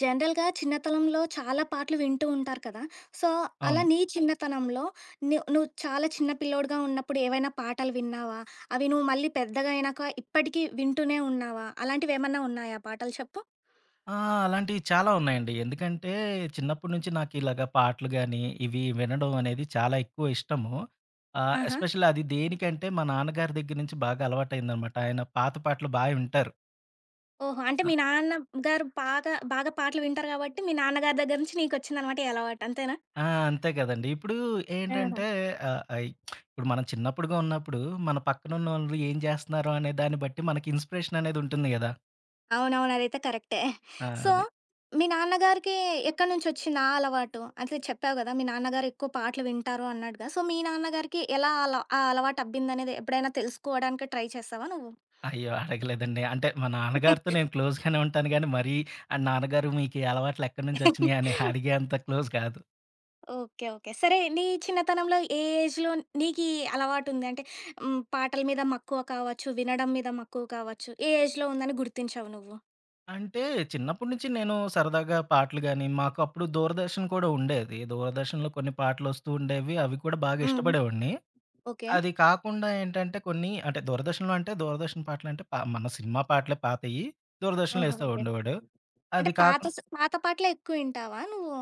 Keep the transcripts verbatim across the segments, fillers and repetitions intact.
జనరల్‌గా చిన్నతనంలో చాలా పాటలు వింటూ ఉంటారు కదా! సో, అలా అవును. నీ చిన్నతనంలో ను నువ్వు చాలా చిన్న పిల్లోడుగా ఉన్నప్పుడు ఏవైనా పాటలు విన్నావా? అవి నువ్వు మళ్ళీ పెద్దగా అయినాక ఇప్పటికీ వింటూనే ఉన్నావా? అలాంటివేమన్నా ఉన్నాయా పాటలు చెప్పు? ఆ! అలాంటివి చాలా ఉన్నాయండి. ఎందుకంటే, చిన్నప్పటి నుంచి నాకిలాగ పాటలు గాని, ఇవి వినడం అనేది చాలా ఎక్కువ ఇష్టము. ఆహ్, ఆహా! ఎస్పెషల్లీ అది దేనికంటే, మా నాన్నగారి దగ్గర నుంచి బాగా అలవాటయిందనమాట. ఆయన పాత పాటలు బా వింటారు. ఓహో! అంటే ఆ! మీ నాన్నగారు బాగా, బాగా పాటలు వింటారు కాబట్టి మీ నాన్నగారి దగ్గర నుంచి నీకొచ్చిందనమాట ఈ అలవాటు అంతేనా? ఆ! అంతే కదండీ. ఇప్పుడు ఆహా! ఏంటంటే, ఆహ్, అయి ఇప్పుడు మనం చిన్నప్పుడుగా ఉన్నప్పుడు, మన పక్కనున్నోళ్ళు ఏం జేస్తున్నారో అనే దాన్ని బట్టి మనకి ఇన్‌స్పిరేషన్ అనేది ఉంటుంది గదా! అవునవును. అదైతే కరెక్టే. ఆ! సో, అది. మీ నాన్నగారికి ఎక్కడి నుంచొచ్చింది ఆ అలవాటు? అంటే చెప్పావు గదా! మీ నాన్నగారు ఎక్కువ పాటలు వింటారు అన్నట్టుగా. సో, మీ నాన్నగారికి ఎలా అల ఆ అలవాటు అబ్బిందనేది ఎప్పుడైనా తెలుసుకోవడానికి ట్రై చేశావా నువ్వు? అయ్యో! అడగలేదండి. అంటే మా నాన్నగారితో నేను క్లోజ్‌గానే ఉంటాను గానీ, మరీ ఆహ్, నాన్నగారు మీకు ఈ అలవాట్లు ఎక్కడినుంచొచ్చినియి అని అడిగేంత క్లోజ్ కాదు. ఓకే. ఓకే. సరే నీ చిన్నతనంలో ఏ ఏజ్‌లో నీకీ అలవాటుంది? అంటే హ్మ్, పాటల మీద మక్కువ కావచ్చు, వినడం మీద మక్కువ కావచ్చు. ఏ ఏజ్‌లో ఉందని గుర్తించావు నువ్వు? అంటే చిన్నప్పటి నుంచి నేను సరదాగా పాటలు గాని, మాకు అప్పుడు దూరదర్శన్ కూడా ఉండేది. దూరదర్శన్‌లో కొన్ని పాటలొస్తూ ఉండేవి. అవి కూడా బాగా హ్మ్. ఇష్టపడేవాడిని. ఓకే. అది కాకుండా ఏంటంటే కొన్ని అంటే దూరదర్శన్‌లో అంటే దూరదర్శన్ పాటలంటే ప మన సినిమా పాటలే పాతయి. దూరదర్శన్‌లో ఆహా! ఏస్తా ఓకే. ఉండేవాడు. అంటే అది పాత కాకుండా స్ పాత పాటలే ఎక్కువ వింటావా నువ్వు?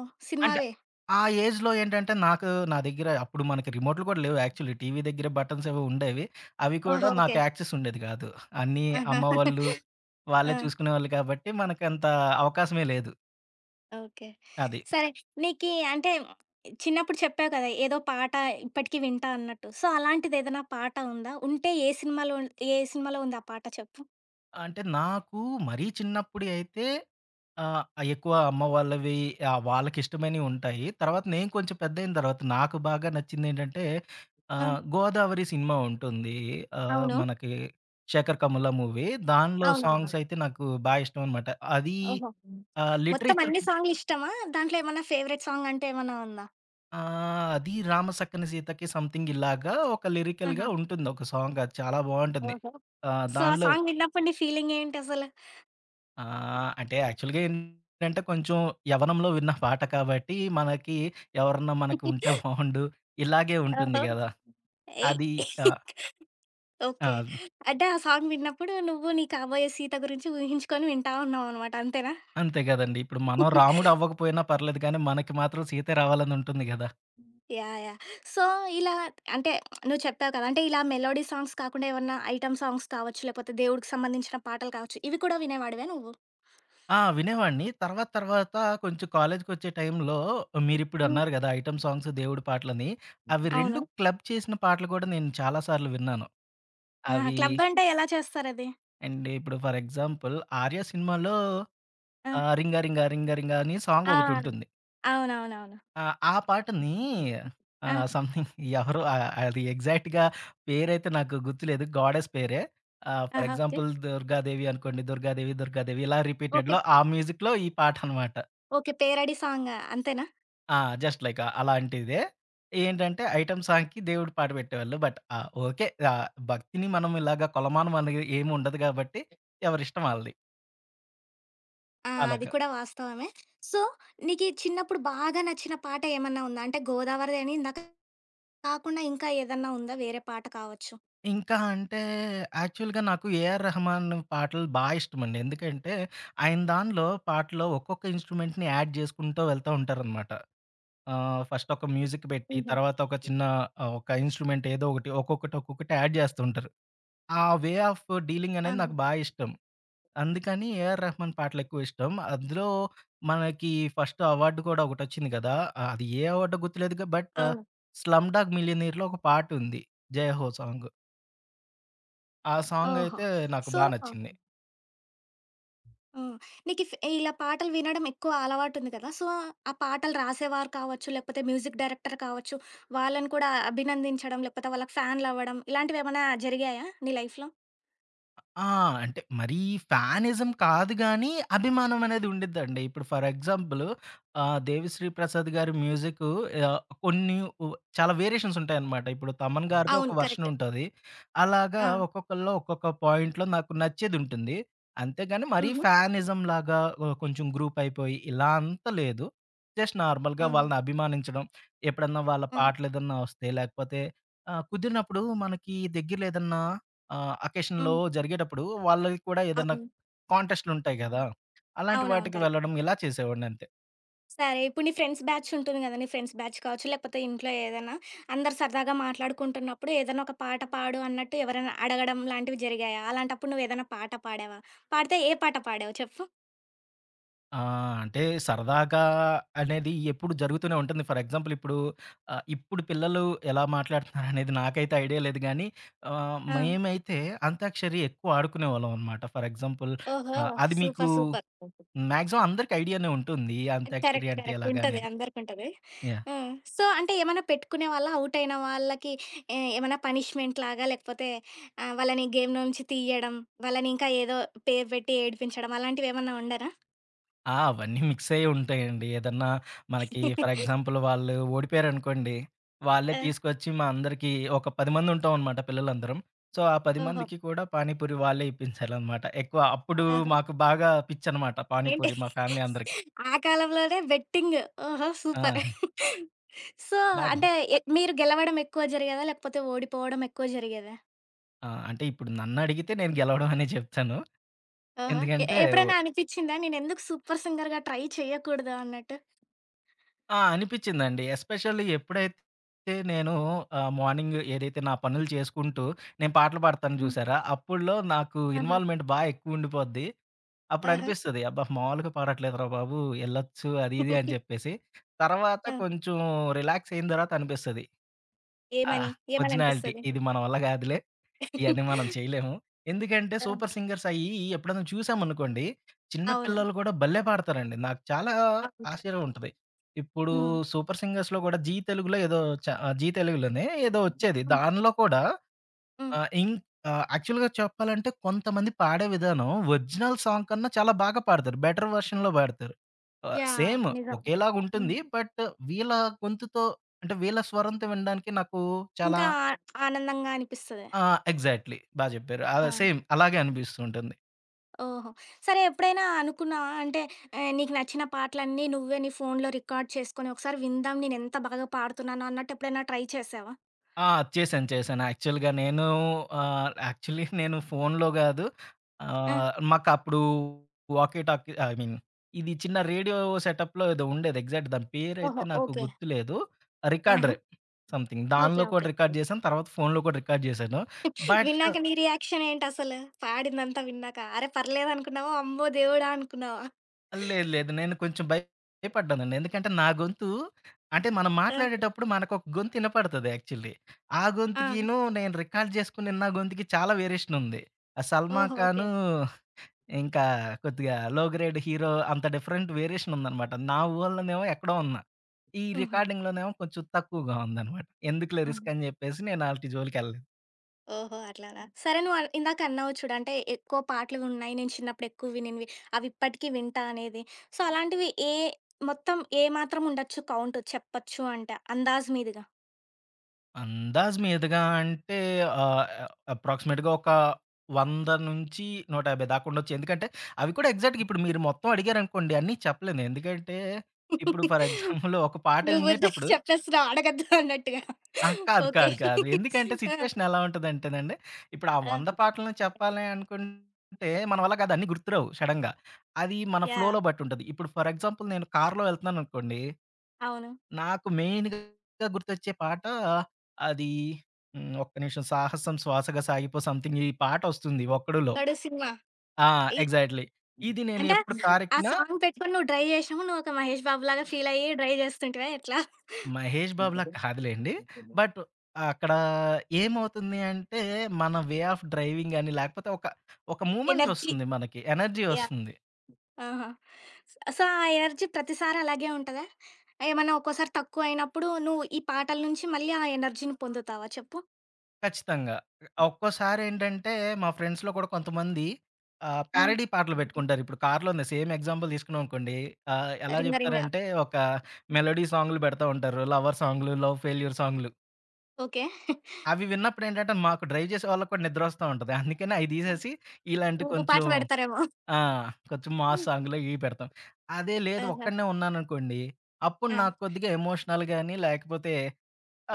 అంటే, సినిమావే? ఆ ఏజ్‌లో ఏంటంటే, నాకు నా దగ్గర అప్పుడు మనకి రిమోట్‌లు కూడా లేవు యాక్చువల్లీ. టీవీ దగ్గర బటన్స్ ఏవో ఉండేవి. అవి కూడా ఓహో! నాకు ఓకే. యాక్సెస్ ఉండేది కాదు. అన్నీ ఆహా! అమ్మ వాళ్ళు, ఆ! వాళ్ళే చూసుకునేవాళ్ళు కాబట్టి, మనకంత అవకాశమే లేదు. ఓకే. అది. సరే. నీకీ అంటే చిన్నప్పుడు చెప్పావు కదా! ఏదో పాట ఇప్పటికి వింటా అన్నట్టు. సో, అలాంటిదేదైనా పాట ఉందా? ఉంటే ఏ సినిమాలో ఏ సినిమాలో ఉంది ఆ పాట చెప్పు? అంటే నాకు మరీ చిన్నప్పుడు అయితే ఆహ్, ఎక్కువ అమ్మ వాళ్ళవి ఆహ్, వాళ్ళకిష్టమైనవి ఉంటాయి. తర్వాత నేను కొంచెం పెద్దయిన తర్వాత నాకు బాగా నచ్చిందేంటంటే ఆ! ఆహ్, 'గోదావరి' సినిమా ఉంటుంది. ఆహ్, అవును. మనకి 'శేఖర్ కమ్ముల' మూవీ. దానిలో అవునవును. సాంగ్స్ అయితే నాకు బా ఇష్టం అనమాట. అది ఓహో! ఆహ్, మొత్తం లిటరేచర్ అన్ని సాంగులిష్టమా? దాంట్లో ఏమన్నా ఫేవరెట్ సాంగ్ అంటే ఏమన్నా ఉందా? ఆహ్, అది 'రామ సక్కన సీతకి' సంథింగ్ ఇలాగా ఒక లిరికల్‌గా ఆహా! ఉంటుంది ఒక సాంగ్ అది చాలా బావుంటుంది. ఓహో! ఆహ్, సో, ఆ దానిలో సాంగ్ విన్నప్పుడు నీ ఫీలింగేంటసలు? ఆ! అంటే యాక్చువల్‌గా ఏంటంటే కొంచెం యవ్వనంలో విన్న పాట కాబట్టి మనకి ఎవరన్నా మనకు ఉంటే బావుండు ఇలాగే ఉంటుంది ఓహో! గదా! ఏయ్! అది ఆహ్, ఆ! ఓకే. అంటే ఆ సాంగ్ విన్నప్పుడు నువ్వు నీ కాబోయే సీత గురించి ఊహించుకొని వింటా ఉన్నావనమాట. అంతేనా? అంతే గదండీ. ఇప్పుడు మనం రాముడు అవ్వకపోయినా పర్లేదు కానీ మనకి మాత్రం సీతే రావాలని ఉంటుంది గదా! యాహ్! యాహ్! సో, ఇలా అంటే నువ్వు చెప్పావు కదా! అంటే ఇలా మెలోడీ సాంగ్స్ కాకుండా ఏమన్నా ఐటెమ్ సాంగ్స్ కావచ్చు, లేకపోతే దేవుడికి సంబంధించిన పాటలు కావచ్చు, ఇవి కూడా వినేవాడివా నువ్వు? ఆ! వినేవాడిని. తర్వాత తర్వాత కొంచెం కాలేజ్‌కొచ్చే టైంలో మీరిప్పుడు హ్మ్. అన్నారు గదా! ఐటెమ్ సాంగ్స్, దేవుడి పాటలని. అవి రెండు అవును. క్లబ్ చేసిన పాటలు గూడా నేను చాలా సార్లు విన్నాను. ఆహా! అవి క్లబ్ అంటే ఎలా చేస్తారది? అండ్ ఇప్పుడు ఫర్ ఎగ్జాంపుల్ 'ఆర్య' సినిమాలో ఆ! ఆ! 'రింగా రింగా రింగా రింగా' అని ఆ! సాంగొకటుంటుంది. అవునవునవును. ఆ! ఆ పాటని ఆ! ఆహ్, సమ్‌థింగ్ ఎవరో ఆహ్, అది ఎగ్జాక్ట్‌గా పేరైతే నాకు గుర్తులేదు. గాడెస్ పేరే. ఆహ్, ఫర్ ఆహా! ఓకే. ఎగ్జాంపుల్ 'దుర్గాదేవి' అనుకోండి. 'దుర్గాదేవి దుర్గాదేవి' ఇలా ఓకే. రిపీటెడ్‌లో ఆ మ్యూజిక్‌లో ఈ పాటనమాట. ఓకే. పేరడీ సాంగ్ అంతేనా? ఆ! జస్ట్ లైక్ అలాంటిదే. ఏంటంటే ఐటెమ్ సాంగ్‌కి దేవుడి పాట పెట్టేవాళ్ళు. బట్ ఆ! ఓకే. ఆహ్, భక్తిని మనం ఇలాగ కొలమానం అనేది ఏముండదు గాబట్టి ఎవరిష్టం ఆళ్ళది. ఆ! అలాగ. అది కూడా వాస్తవమే. సో, నీకీ చిన్నప్పుడు బాగా నచ్చిన పాట ఏమన్నా ఉందా? అంటే, 'గోదావరిది' అని ఇందాక కాకుండా ఇంకా ఏదన్నా ఉందా? వేరే పాట కావచ్చు. ఇంకా అంటే యాక్చువల్‌గా నాకు 'ఏఆర్ రెహమాన్' పాటలు బా ఇష్టమండి. ఎందుకంటే, ఆయన దానిలో పాటలో ఒక్కొక్క ఇన్‌స్ట్రుమెంట్‌ని యాడ్ చేసుకుంటూ వెళ్తా ఉంటారనమాట. ఆహ్, ఫస్ట్ ఒక మ్యూజిక్ పెట్టి, హుహు. తర్వాత ఒక చిన్న ఆహ్, ఒక ఇన్‌స్ట్రుమెంట్ ఏదో ఒకటి ఒక్కొక్కటి, ఒక్కొక్కటి యాడ్ చేస్తూ ఉంటారు. ఆ వే ఆఫ్ డీలింగ్ అనేది ఆహా! నాకు బా ఇష్టం. అందుకని 'ఏఆర్ రెహమాన్' పాటలు ఎక్కువ ఇష్టం. అందులో మనకి ఫస్ట్ అవార్డు కూడా ఒకటొచ్చింది కదా! ఆహ్, అది ఏ అవార్డో గుర్తులేదుగా బట్ అవును. 'స్లమ్ డాగ్ మిలియనీర్‌లో' ఒక పాటుంది 'జయహో' సాంగ్. ఆ ఓహో! సాంగయితే నాకు సో, బా నచ్చింది. హ్మ్. నీకీ ఫ్ ఇలా పాటలు వినడం ఎక్కువ అలవాటుంది కదా! సో, ఆ పాటలు రాసేవారు కావచ్చు, లేకపోతే మ్యూజిక్ డైరెక్టర్ కావచ్చు, వాళ్ళని కూడా అభినందించడం, లేకపోతే వాళ్ళకి ఫ్యాన్‌లవ్వడం, ఇలాంటివేమన్నా జరిగాయా నీ లైఫ్‌లో? ఆ! అంటే మరీ ఫ్యానిజం కాదు గానీ, అభిమానం అనేది ఉండిద్దండి. ఇప్పుడు ఫర్ ఎగ్జాంపుల్ ఆహ్, 'దేవిశ్రీ ప్రసాద్' గారి మ్యూజిక్కు ఆహ్, కొన్ని ఉ చాలా వేరియేషన్స్ ఉంటాయన్నమాట. ఇప్పుడు 'తమన్' గారిది అవును. ఒక వెర్షన్ కరెక్ట్. ఉంటది. అలాగా ఆ! ఒక్కొక్కళ్ళలో ఒక్కొక్క పాయింట్‌లో నాకు నచ్చేదుంటుంది. అంతేగాని మరీ హుహు. ఫ్యానిజం లాగా ఆహ్, కొంచెం గ్రూప్ అయిపోయి ఇలా అంత లేదు. జస్ట్ నార్మల్‌గా ఆహా! వాళ్ళని అభిమానించడం. ఎప్పుడన్నా వాళ్ళ ఆ! పాటలేదన్నా వస్తే, లేకపోతే ఆహ్, కుదిరినప్పుడు మనకి దగ్గరలో ఏదన్నా ఆహ్, అకేషన్‌లో హ్మ్. జరిగేటప్పుడు వాళ్ళకి కూడా ఏదన్నా అవును. కాంటెస్ట్‌లుంటాయి గదా! అలాంటి అవునవును. వాటికి కరెక్ట్. వెళ్ళడం ఇలా చేసేవాడినంతే. సరే. ఇప్పుడు నీ ఫ్రెండ్స్ బ్యాచ్ ఉంటుంది గదా! నీ ఫ్రెండ్స్ బ్యాచ్ కావచ్చు, లేకపోతే ఇంట్లో ఏదైనా అందరు సరదాగా మాట్లాడుకుంటున్నప్పుడు ఏదైనా ఒక పాట పాడు అన్నట్టు ఎవరైనా అడగడం లాంటివి జరిగాయా? అలాంటప్పుడు నువ్వేదైనా పాట పాడావా? పాడితే ఏ పాట పాడావు చెప్పు? ఆ! అంటే సరదాగా అనేది ఎప్పుడు జరుగుతూనే ఉంటుంది. ఫర్ ఎగ్జాంపుల్ ఇప్పుడు ఆహ్, ఇప్పుడు పిల్లలు ఎలా మాట్లాడుతున్నారనేది నాకైతే ఐడియా లేదు గానీ, ఆహ్, ఆ! మేమైతే అంత్యాక్షరి ఎక్కువ ఆడుకునేవాళ్ళం అనమాట. ఫర్ ఎగ్జాంపుల్ ఓహో! ఆహ్, అది మీకు సూపర్. సూపర్. మాక్సిమం అందరికి ఐడియానే ఉంటుంది. అంత్యాక్షరి కరెక్ట్. అంటే కరెక్ట్. ఎలాగా ఉంటది. అనేది. అందరికుంటది. యాహ్! ఆ! సో, అంటే ఏమన్నా పెట్టుకునే వాళ్ళా? ఔట్ అయిన వాళ్ళకి ఏ ఏమన్నా పనిష్మెంట్ లాగా లేకపోతే ఆహ్, వాళ్ళని గేమ్ నుంచి తీయడం, వాళ్ళని ఇంకా ఏదో పేరు పెట్టి ఏడిపించడం అలాంటివేమన్నా ఉండరా? ఆ! అవన్నీ మిక్స్ అయ్యి ఉంటాయండి. ఏదన్నా మనకి ఫర్ ఎగ్జాంపుల్ వాళ్ళు ఓడిపోయారనుకోండి, వాళ్ళే ఆ! తీసుకొచ్చి మా అందరికీ ఒక పది మంది ఉంటామనమాట పిల్లలందరం. సో, ఆ పది ఓహో! మందికి కూడా పానీపూరి వాళ్ళే ఇప్పించాలనమాట. ఎక్కువ అప్పుడు ఆహా! మాకు బాగా పిచ్చనమాట ఏంటి? పానీపూరి మా ఫ్యామిలీ అందరికి. ఆ కాలంలోనే బెట్టింగ్. ఓహో! సూపర్. ఆ! సో, బాగా. అంటే ఎ మీరు గెలవడం ఎక్కువ జరిగేదా? లేకపోతే ఓడిపోవడం ఎక్కువ జరిగేదా? ఆ! అంటే ఇప్పుడు నన్నడిగితే నేను గెలవడం అనే చెప్తాను. ఆహా! ఎ ఎందుకంటే ఎప్పుడైనా అనిపిచ్చిందా నేనెందుకు సూపర్ సింగర్‌గా ట్రై చేయకూడదు అన్నట్టు? ఆ! అనిపిచ్చిందండి. ఎస్పెషల్లీ ఎప్పుడైతే నేను ఆహ్, మార్నింగ్ ఏదైతే నా పనులు చేసుకుంటూ నేను పాటలు పాడతాను హ్మ్. చూసారా? అప్పుడులో నాకు ఆహా! ఇన్వాల్వ్‌మెంట్ బా ఎక్కువుండిపోద్ది. ఆహా! అప్పుడనిపిస్తది అబ్బా! మామూలుగా పాడట్లేదురా బాబు! ఎళ్ళొచ్చు అది ఇది అని చెప్పేసి. తర్వాత ఆ! కొంచెం రిలాక్స్ అయిన తర్వాత అనిపిస్తది. ఆ! ఏమని? ఏమని ఒరిజినాలిటీ అనిపిస్తది? ఇది మన వల్ల కాదులే. ఇయన్నీ మనం చేయలేము. ఎందుకంటే ఆ! సూపర్ సింగర్స్ అయ్యి ఎప్పుడైనా చూసామనుకోండి, చిన్న అవును. పిల్లలు కూడా భలే పాడతారండి. నాకు చాలా అవును. ఆశ్చర్యం కరెక్టే. ఉంటది. ఇప్పుడు హ్మ్. సూపర్ సింగర్స్‌లో కూడా 'జీ తెలుగులో' ఏదో చ ఆహ్, 'జీ తెలుగులోనే' ఏదో వచ్చేది. హ్మ్. దానిలో కూడా హ్మ్. ఆహ్, ఇం ఆహ్, యాక్చువల్‌గా చెప్పాలంటే కొంతమంది పాడే విధానం ఒరిజినల్ సాంగ్ కన్నా చాలా బాగా పాడతారు. బెటర్ వెర్షన్‌లో పాడతారు. ఆహ్, యాహ్! సేమ్ నిజం. హ్మ్. ఒకేలాగుంటుంది. బట్ వీళ్ళ గొంతుతో అంటే వీళ్ళ స్వరంతో వినడానికి నాకు చాలా ఇంకా ఆనందంగా అనిపిస్తది. ఆ! ఎగ్జాక్ట్‌లీ. బా జెప్పారు. ఆ! ఆ! సేమ్ అలాగే అనిపిస్తూ ఉంటుంది. ఓహో! సరే ఎప్పుడైనా అనుకున్నావా? అంటే ఆహ్, నీకు నచ్చిన పాటలన్నీ నువ్వే నీ ఫోన్‌లో రికార్డ్ చేసుకొని, ఒకసారి విందాం నేనెంత బాగా పాడుతున్నానో అన్నట్టు ఎప్పుడైనా ట్రై చేశావా? ఆ! చేశాను, చేశాను. యాక్చువల్‌గా నేను ఆహ్, యాక్చువల్లీ నేను ఫోన్‌లో గాదు ఆ! ఆహ్, మాకప్పుడు వాకీ టాకీ ఐ మీన్ ఇది చిన్న రేడియో సెటప్‌లో ఏదో ఉండేది. ఎగ్జాక్ట్ దాని పేరైతే ఓహో! నాకు ఓకే. గుర్తులేదు. ఆహా! రికార్డరే సంథింగ్. ఓకే. దానిలో కూడా ఓకే. రికార్డ్ చేశాను. తర్వాత ఫోన్‌లో కూడా రికార్డ్ చేశాను. బట్ విన్నాక నీ రియాక్షన్ ఏంటసలు? పాడిందంతా విన్నాక. అరె! పర్లేదనుకున్నావా? అమ్మో దేవుడా! అనుకున్నావా? లేదు. లేదు. నేను కొంచెం భయపడ్డానండి. ఎందుకంటే నా గొంతు అంటే మనం ఆ! మాట్లాడేటప్పుడు మనకొక గొంతు ఇనపడతది యాక్చువల్లీ. ఆ ఆ! గొంతుకిను నేను రికార్డ్ చేసుకుని నా గొంతుకి చాలా వేరియేషన్ ఉంది. ఆ 'సల్మాన్ ఓహో! ఓకే. ఖాను' ఇంకా కొద్దిగా లో గ్రేడ్ హీరో అంత డిఫరెంట్ వేరియేషన్ ఉందనమాట. నా ఊహల్లోనేమో ఎక్కడో ఉన్నా. ఈ హుహు. రికార్డింగ్‌లోనేమో కొంచెం తక్కువగా ఉందనమాట. ఎందుకులే హ్మ్. రిస్క్ అని చెప్పేసి నేను ఆలిటి జోలికెళ్ళలేదు. ఓహో! అట్లానా? సరే నువ్వు అన్ ఇందాక అన్నావు చూడు. అంటే ఎక్కువ పాటలున్నాయి. నేను చిన్నప్పుడు ఎక్కువ వినినివి. అవి ఇప్పటికి వింటా అనేది. సో, అలాంటివి ఏ మొత్తం ఏ మాత్రం ఉండొచ్చు కౌంట్ చెప్పొచ్చు అంటే అందాజ్ మీదుగా? అందాజు మీదుగా అంటే ఆహ్, అప్రాక్సిమేట్‌గా ఒక వంద నూట యాభై దాకా ఉండొచ్చు. ఎందుకంటే, అవి కూడా ఎగ్జాక్ట్‌గా ఇప్పుడు మీరు మొత్తం అడిగారనుకోండి అన్నీ చెప్పలేను. ఎందుకంటే, ఇప్పుడు ఫర్ ఎగ్జాంపుల్ ఒక పాట నువ్వు ఊరికే వినేటప్పుడు చెప్పేస్తున్నావు అడగద్దు అన్నట్టుగా. ఆ! కాదు. ఓకే. కాదు. కాదు. ఎందుకంటే ఆ! సిట్యుయేషన్ ఎలా ఉంటదంటేనండి, ఇప్పుడు ఆ ఆ! వంద పాటలను చెప్పాలి అనుకుంటే మన వల్ల కాదు అన్నీ గుర్తురావు సడెన్‌గా. అది మన యాహ్! ఫ్లోలో బట్టి ఉంటది. ఇప్పుడు ఫర్ ఎగ్జాంపుల్ నేను కార్‌లో వెళ్తున్నాననుకోండి అవును. నాకు మెయిన్‌గా గుర్తొచ్చే పాట అది హ్మ్. ఒక్క నిమిషం 'సాహసం శ్వాసగా సాగిపో' సంథింగ్ ఈ పాటొస్తుంది 'ఒక్కడు'లో. 'గడు' సినిమా. ఆ! ఇ ఎగ్జాక్ట్‌లీ. ఇది నేను అంటే ఎప్పుడు ఆ కారెక్కినా సాంగ్ పెట్టుకొని నువ్వు డ్రైవ్ చేసినప్పుడు నువ్వు ఒక మహేష్ బాబు లాగా ఫీల్ అయ్యి డ్రైవ్ చేస్తుంటివా ఎట్లా? 'మహేష్ బాబు'లా కాదులెండి. బట్ అక్కడ ఏమవుతుంది అంటే, మన వే ఆఫ్ డ్రైవింగ్ అని లేకపోతే ఒక ఒక ఎనర్జీ. మూమెంటొస్తుంది మనకి. Energy yeah! ఒస్తుంది. ఆహా! సో, ఆ ఎనర్జీ ప్రతిసారి అలాగే ఉంటదా? ఏమన్నా ఒక్కోసారి తక్కువయినప్పుడు నువ్వు ఈ పాటల నుంచి మళ్ళీ ఆ ఎనర్జీని పొందుతావా చెప్పు? ఖచ్చితంగా. ఒక్కోసారేంటంటే మా ఫ్రెండ్స్‌లో కూడా కొంతమంది ఆహ్, హ్మ్. ప్యారడీ పాటలు పెట్టుకుంటారు. ఇప్పుడు 'కార్‌లోనే' సేమ్ ఎగ్జాంపుల్ తీసుకున్నామనుకోండి. ఆహ్, ఎలా 'రింగ రింగ'. చెప్తారంటే ఒక మెలోడీ సాంగ్‌లు పెడతా ఉంటారు. లవర్ సాంగ్‌లు, లవ్ ఫెయిల్యూర్ సాంగ్‌లు. ఓకే. అవి విన్నప్పుడేంటంటే మాకు డ్రైవ్ చేసే వాళ్ళకి కూడా నిద్రొస్తా ఉంటది. అందుకని అయి తీసేసి ఇలాంటి ఊపు కొంచెం పాటలు పెడతారేమో. ఆ! కొంచెం మాస్ సాంగ్‌లు ఇవి పెడతాం. అదే లేదు ఆహా! ఒక్కడినే ఉన్నాననుకోండి. అప్పుడు ఆ! నాకు కొద్దిగా ఎమోషనల్ గాని లేకపోతే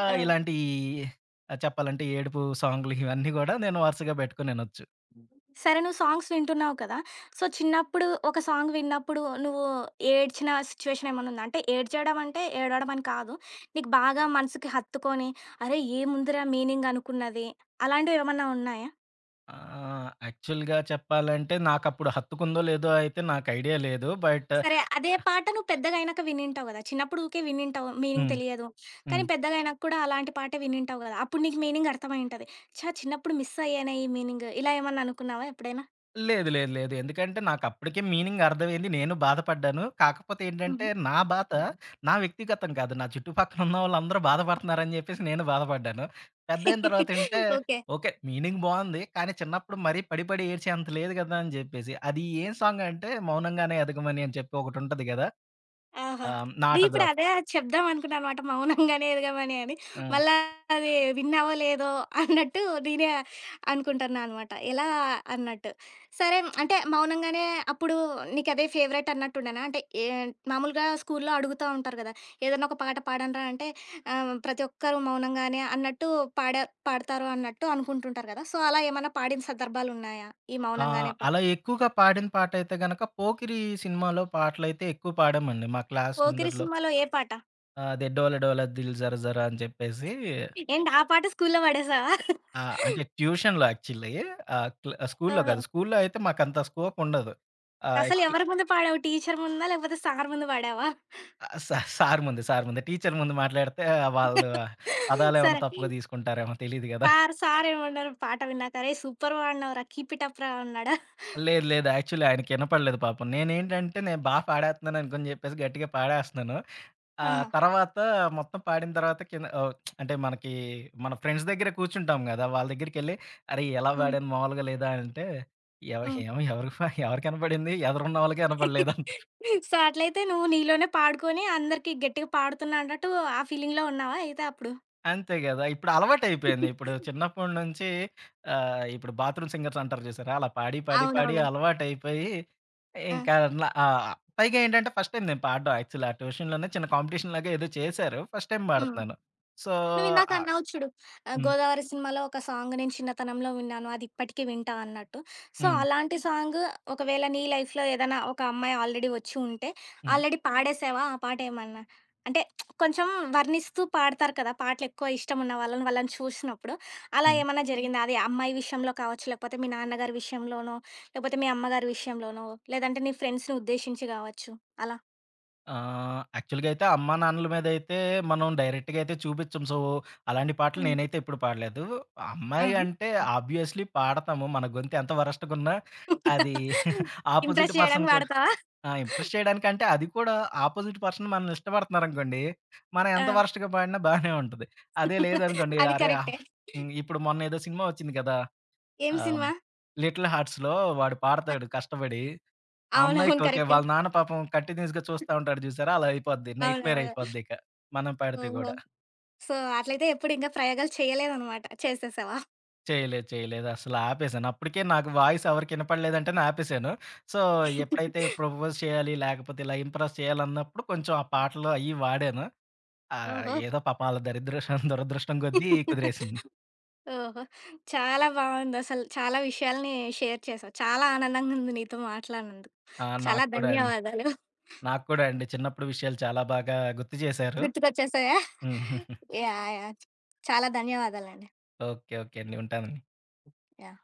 ఆ! ఆ! ఇలాంటి ఆహ్, చెప్పాలంటే ఏడుపు సాంగ్‌లు ఇవన్నీ గూడా నేను వరుసగా పెట్టుకొని ఇనొచ్చు. సరే నువ్వు సాంగ్స్ వింటున్నావు కదా! సో, చిన్నప్పుడు ఒక సాంగ్ విన్నప్పుడు నువ్వు ఏడ్చిన సిచ్యువేషన్ ఏమన్నా ఉందా? అంటే ఏడ్చడం అంటే ఏడవడం అని కాదు. నీకు బాగా మనసుకి హత్తుకొని, అరే! ఏముందిరా మీనింగ్ అనుకున్నది అలాంటివేమన్నా ఉన్నాయా? ఆహ్, యాక్చువల్‌గా చెప్పాలంటే నాకప్పుడు హత్తుకుందో లేదో అయితే నాకు ఐడియా లేదు. బట్ సరే. అదే పాట నువ్వు పెద్దగా అయినాక వినుంటావు గదా! చిన్నప్పుడు ఊకే వినుంటావు. మీనింగ్ హ్మ్. తెలియదు. కానీ హ్మ్. పెద్దగా అయినాక కూడా అలాంటి పాటే వినుంటావు గదా! అప్పుడు నీకు మీనింగ్ అర్థమై ఉంటది. ఛా! చిన్నప్పుడు మిస్ అయ్యానే ఈ మీనింగ్ ఇలా ఏమన్నా అనుకున్నావా ఎప్పుడైనా? లేదు. లేదు. లేదు. ఎందుకంటే నాకప్పటికే మీనింగ్ అర్థమైంది. నేను బాధపడ్డాను. కాకపోతే ఏంటంటే హుహు. నా బాధ నా వ్యక్తిగతం కాదు. నా చుట్టుపక్కల ఉన్నవాళ్ళందరూ బాధపడుతున్నారని జెప్పేసి నేను బాధపడ్డాను. పెద్దయిన తర్వాత ఏంటే ఓకే. ఓకే. మీనింగ్ బావుంది. కానీ చిన్నప్పుడు మరీ పడి పడి ఏడ్చేంత లేదు గదా! అని జెప్పేసి. అది ఏం సాంగ్ అంటే 'మౌనంగానే ఎదగమని' అని చెప్పి ఒకటుంటది గదా! ఆహా! ఆహ్, నా నేనిప్పుడు ఆటోగ్రాఫ్. అదే చెప్దాం అనుకున్నాననమాట మౌనంగానే ఎదగమని అని. హ్మ్. మళ్ళా అది విన్నావో లేదో అన్నట్టు నేనే అనుకుంటున్నా అనమాట. ఎలా అన్నట్టు. సరే అంటే మౌనంగానే అప్పుడు నీకదే ఫేవరెట్ అన్నట్టుండేనా? అంటే ఏ మామూలుగా స్కూల్లో అడుగుతా ఉంటారు కదా! ఏదన్నా ఒక పాట పాడండ్రా అంటే ఆహ్, ప్రతి ఒక్కరు మౌనంగానే అన్నట్టు పాడా పాడతారు అన్నట్టు అనుకుంటుంటారు కదా! సో, అలా ఏమన్నా పాడిన సందర్భాలున్నాయా? ఈ ఆ! మౌనంగానే పా అలా ఎక్కువగా పాడిన పాటయితే గనక 'పోకిరి' సినిమాలో పాటలైతే ఎక్కువ పాడామండి మా క్లాస్ 'పోకిరి' అందరిలో. సినిమాలో ఏ పాట? ఆ! అదే 'డోల డోల దిల్ జర జర' అని చెప్పేసి ఏంటి ఆ పాట స్కూల్లో పాడేసావా? ఆహ్, అంటే ట్యూషన్‌లో యాక్చువల్లీ ఆహ్, క్లా స్కూల్లో ఓహో! కాదు. స్కూల్లో అయితే మాకంత స్కోప్ ఉండదు. ఆహ్, యాక్చు అసలెవరి ముందు పాడావు? టీచర్ ముందా? లేకపోతే సార్ ముందు పాడావా? ఆహ్, సా సార్ ముందు, సార్ ముందు. టీచర్ ముందు మాట్లాడితే వాళ్ళు పదాలేమన్నా సరే. తప్పుగా తీసుకుంటారేమో తెలీదు గదా! సార్ సార్ ఏమన్నారు పాట విన్నాక? "అరేయ్! సూపర్ పాడినావురా! కీప్ ఇట్ అప్ రా" అన్నాడా? లేదు లేదు. యాక్చువల్లీ ఆయనకి ఇనపడలేదు పాపం. నేనేంటంటే నేను బా పాడేత్తున్నాను అనుకోని చెప్పేసి గట్టిగా పాడేస్తున్నాను. ఆ! ఆహా! తర్వాత మొత్తం పాడిన తర్వాత కింద ఓహ్! అంటే మనకి మన ఫ్రెండ్స్ దగ్గర కూర్చుంటాం గదా! వాళ్ళ దగ్గరికెళ్ళి "అరేయ్! ఎలా హ్మ్. పాడాను మామూలుగా లేదా?" అంటే "ఎవ హ్మ్. ఏమో ఎవరికి ప ఎవరికి ఇనపడింది? ఎదురున్న వాళ్ళకి ఇనపడలేదు" సో, అట్లయితే నువ్వు నీలోనే పాడుకొని అందరికి గట్టిగా పాడుతున్నా అన్నట్టు ఆ ఫీలింగ్‌లో ఉన్నావా అయితే అప్పుడు? అంతే గదా! ఇప్పుడు అలవాటయిపోయింది. ఇప్పుడు చిన్నప్పటి నుంచి ఆహ్, ఇప్పుడు బాత్రూమ్ సింగర్స్ అంటారు చూసారా? అలా పాడి, పాడి, పాడి అవునవును. అలవాటయిపోయి ఆ! ఇంకా న ఆహ్, పైగా ఏంటంటే ఫస్ట్ టైమ్ నేను పాడడం యాక్చువల్లీ ఆ ట్యూషన్‌లోనే చిన్న కాంపిటీషన్ లాగా ఏదో చేశారు. ఫస్ట్ టైమ్ హ్మ్. పాడుతున్నాను. సో, నువ్విందాక ఆహ్ అన్నావు చూడు ఆహ్, హ్మ్. 'గోదావరి' సినిమాలో ఒక సాంగ్ నేను చిన్నతనంలో విన్నాను. అది ఇప్పటికి వింటా అన్నట్టు. సో, హ్మ్. అలాంటి సాంగ్ ఒకవేళ నీ లైఫ్‌లో ఏదైనా ఒక అమ్మాయి ఆల్రెడీ వచ్చి ఉంటే, హ్మ్. ఆల్రెడీ పాడేసావా ఆ పాట ఏమన్నా? అంటే కొంచెం వర్ణిస్తూ పాడతారు కదా! పాటలెక్కువ ఇష్టమున్న వాళ్ళని, వాళ్ళని చూసినప్పుడు అలా హ్మ్. ఏమన్నా జరిగిందా? అది అమ్మాయి విషయంలో కావచ్చు, లేకపోతే మీ నాన్నగారి విషయంలోనో, లేకపోతే మీ అమ్మగారి విషయంలోనో, లేదంటే నీ ఫ్రెండ్స్‌ని ఉద్దేశించి కావచ్చు అలా? ఆహ్, యాక్చువల్‌గా అయితే అమ్మానాన్నల మీదయితే మనం డైరెక్ట్‌గా అయితే చూపిచ్చం. సో, అలాంటి పాటలు హ్మ్. నేనైతే ఎప్పుడు పాడలేదు. అమ్మాయి ఆహా! అంటే ఆబ్వియస్‌లీ పాడతాము. మన గొంతు ఎంత వరస్ట్‌గున్నా అది ఆపోజిట్ ఇంప్రెస్ పర్సన్ చేయడానికి కూడా వాడతావా? ఆ! ఇంప్రెస్ చేయడానికంటే అది కూడా ఆపోజిట్ పర్సన్ మనల్ని ఇష్టపడుతున్నారనుకోండి, మనం ఆ! ఎంత వరస్ట్‌గా పాడినా బానే ఉంటది. అదే లేదనుకోండి అది అరే! ఆహ్, కరెక్టే. హ్మ్. ఇప్పుడు మొన్నేదో సినిమా ఒచ్చింది కదా! ఏం ఆహ్, సినిమా? 'లిటిల్ హార్ట్స్‌లో' వాడు అ పాడతాడు కష్టపడి. ఆ అమ్మాయికి అవునవును. ఓకే. కరెక్టే. వాళ్ళ నాన్న పాపం కంటిన్యూయస్‌గా చూస్తా ఉంటాడు చూసారా? అలా అయిపోద్ది. నైట్‌మేర్ అవునవును. అయిపోద్దిక. మనం పెడితే ఓహో! గూడా. సో, అట్లయితే ఎప్పుడు ఇంకా ప్రయోగాలు చేయలేదనమాట. చేసేసావా? చేయలేదు, చేయలేదు. అసలు ఆపేసాను. అప్పటికే నాకు వాయిస్ ఎవరికి ఇనపడలేదంటేనే ఆపేసాను. సో, ఎప్పుడైతే ప్రపోజ్ చేయాలి, లేకపోతే ఇలా ఇంప్రెస్ చేయాలన్నప్పుడు కొంచెం ఆ పాటలు అయ్యి వాడాను. ఆహ్, ఓహో! ఏదో పాపం ఆళ్ళ దరిద్రషం దురదృష్టం కొద్దీ కుదిరేసింది. ఓహో! చాలా బావుందసలు. చాలా విషయాల్ని షేర్ చేసావు. చాలా ఆనందంగా ఉంది నీతో మాట్లాడినందుకు. ఆ! చాలా నాకు కూడా అండి. ధన్యవాదాలు. నాకు కూడా అండి. చిన్నప్పుడు విషయాలు చాలా బాగా గుర్తు చేశారు. గుర్తుకొచ్చేసాయా? హ్మ్. యాహ్! యాహ్! చాలా ధన్యవాదాలండి. ఓకే. ఓకే అండి. ఉంటాను. యాహ్!